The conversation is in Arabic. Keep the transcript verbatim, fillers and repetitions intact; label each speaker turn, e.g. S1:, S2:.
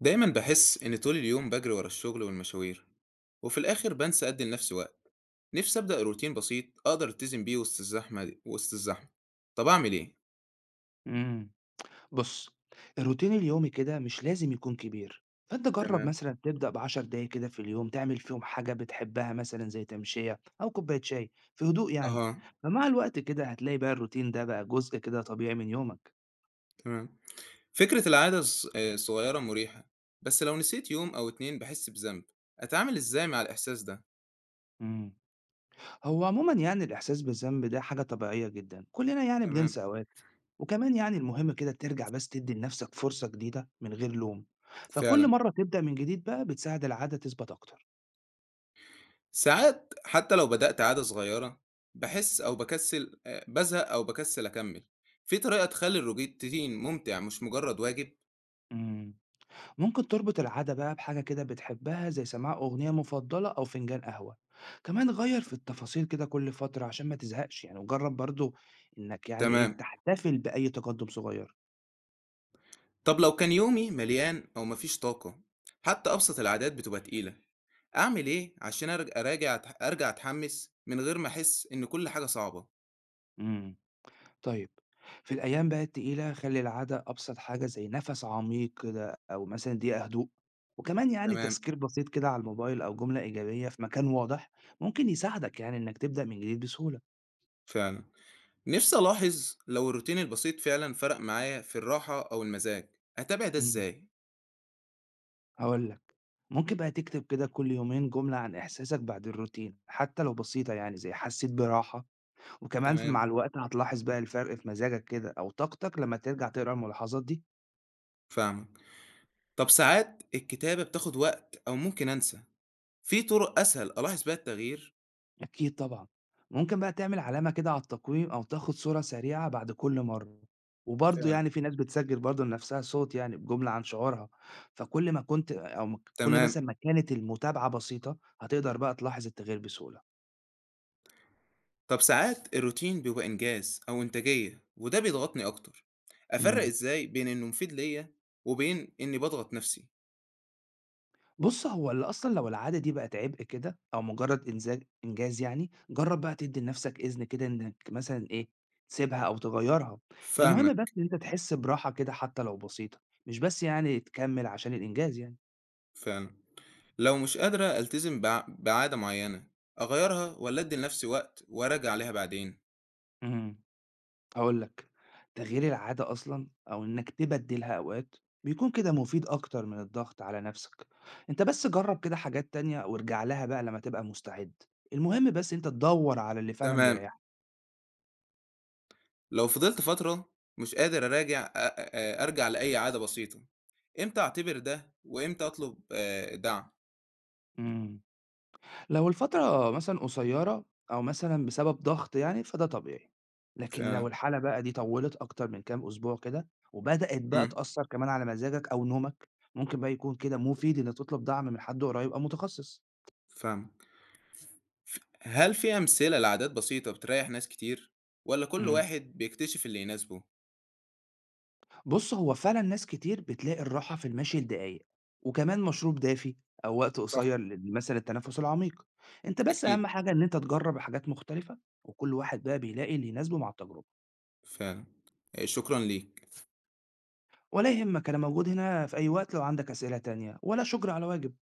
S1: دايما بحس إن طول اليوم بجري ورا الشغل والمشاوير، وفي الآخر بنسى أدي لنفسي وقت. نفسي أبدأ روتين بسيط أقدر ألتزم بيه وسط الزحمة دي وسط الزحمة طب أعمل إيه؟
S2: إمم. بُص، الروتين اليومي كده مش لازم يكون كبير، فأنت جرّب
S1: تمام.
S2: مثلًا تبدأ بعشر دقايق كده في اليوم تعمل فيهم حاجة بتحبها مثلًا زي تمشية أو كوباية شاي في هدوء يعني،
S1: أها.
S2: فمع الوقت كده هتلاقي بقى الروتين ده بقى جزء كده طبيعي من يومك.
S1: تمام. فكرة العادة الص- آه، الصغيرة مريحة، بس لو نسيت يوم أو اتنين بحس بذنب. أتعامل إزاي مع الإحساس ده؟
S2: إمم. هو عمومًا يعني الإحساس بالذنب ده حاجة طبيعية جدًا، كلنا يعني
S1: تمام.
S2: بننسى أوقات، وكمان يعني المهم كده ترجع بس تدّي لنفسك فرصة جديدة من غير لوم، فكل
S1: فعلا،
S2: مرّة تبدأ من جديد بقى بتساعد العادة تثبت أكتر.
S1: ساعات حتى لو بدأت عادة صغيرة، بحس أو بكسل آه، بزهق أو بكسل أكمل. في طريقة تخلي الروتين ممتع مش مجرد واجب؟
S2: إمم. ممكن تربط العادة بقى بحاجة كده بتحبها زي سماع أغنية مفضلة أو فنجان قهوة، كمان غير في التفاصيل كده كل فترة عشان ما تزهقش يعني، وجرب برضو إنك يعني إيه
S1: تمام.
S2: تحتفل بأي تقدم صغير.
S1: طب لو كان يومي مليان أو مفيش طاقة، حتى أبسط العادات بتبقى تقيلة. أعمل إيه عشان أرج- أراجع أرجع أتحمس من غير ما أحس إن كل حاجة صعبة؟
S2: امم طيب، في الأيام بقى التقيلة خلي العادة أبسط حاجة زي نفس عميق كده أو مثلا دقيقة هدوء، وكمان يعني
S1: تمام.
S2: تذكير بسيط كده على الموبايل أو جملة إيجابية في مكان واضح ممكن يساعدك يعني إنك تبدأ من جديد بسهولة.
S1: فعلا، نفسي ألاحظ لو الروتين البسيط فعلا فرق معايا في الراحة أو المزاج. أتابع ده
S2: امم
S1: إزاي؟
S2: هاقول لك، ممكن بقى تكتب كده كل يومين جملة عن إحساسك بعد الروتين، حتى لو بسيطة يعني زي حسيت براحة، وكمان ف
S1: تمام.
S2: مع الوقت هتلاحظ بقى الفرق في مزاجك كده أو طاقتك لمّا ترجع تقرا الملاحظات دي.
S1: فاهمك. طب ساعات الكتابة بتاخد وقت أو ممكن أنسى، في طرق أسهل ألاحظ بيها التغيير؟
S2: أكيد طبعًا، ممكن بقى تعمل علامة كده على التقويم أو تاخد صورة سريعة بعد كل مرة، وبرضه
S1: فعلا.
S2: يعني في ناس بتسجل برضه لنفسها صوت يعني بجملة عن شعورها، فكل ما كنت أو م كل
S1: تمام.
S2: مثلًا ما كانت المتابعة بسيطة، هتقدر بقى تلاحظ التغيير بسهولة.
S1: طب ساعات الروتين بيبقى إنجاز أو إنتاجية، وده بيضغطني أكتر. أفرق
S2: إمم.
S1: إزاي بين إنه مفيد ليا وبين إني بضغط نفسي؟
S2: بُص، هو ال أصلًا لو العادة دي بقت عبء كده أو مجرد إنزا إنجاز يعني، جرّب بقى تدّي لنفسك إذن كده إنك مثلًا إيه، تسيبها أو تغيّرها، المهم بس
S1: فاهمك.
S2: إن أنت تحس براحة كده حتى لو بسيطة، مش بس يعني تكمّل عشان الإنجاز يعني.
S1: فعلا، لو مش قادرة ألتزم بع- بعادة معينة، أغيرها ولا أدي لنفسي وقت وأراجع عليها بعدين؟
S2: إمم، هاقول لك، تغيير العادة أصلًا أو إنك تبدّلها أوقات، بيكون كده مفيد أكتر من الضغط على نفسك، أنت بس جرّب كده حاجات تانية وارجع لها بقى لمّا تبقى مستعد، المهم بس أنت تدوّر على اللي فعلًا
S1: تمام.
S2: بيريحك.
S1: لو فضلت فترة مش قادر أراجع أ- أ- أرجع لأي عادة بسيطة، إمتى أعتبر ده وإمتى أطلب آه، دعم؟
S2: إمم. لو الفترة مثلًا قصيّرة أو مثلًا بسبب ضغط يعني، فده طبيعي، لكن
S1: فعلا.
S2: لو الحالة بقى دي طوّلت أكتر من كام أسبوع كده، وبدأت بقى
S1: امم.
S2: تأثّر كمان على مزاجك أو نومك، ممكن بقى يكون كده مفيد إنك تطلب دعم من حد قريب أو متخصص.
S1: فاهم. هل في أمثلة لعادات بسيطة بتريح ناس كتير؟ ولا كل
S2: إمم.
S1: واحد بيكتشف اللي يناسبه؟
S2: بُص، هو فعلًا ناس كتير بتلاقي الراحة في المشي لدقايق، وكمان مشروب دافي أو وقت
S1: صح.
S2: قصيّر ل مثلًا للتنفس العميق. أنت بس
S1: أكيد.
S2: أهم حاجة إن أنت تجرّب حاجات مختلفة، وكل واحد بقى بيلاقي اللي يناسبه مع التجربة.
S1: فعلا. آه، شكرا ليك.
S2: ولا يهمك، أنا موجود هنا في أي وقت لو عندك أسئلة تانية، ولا شكر على واجب.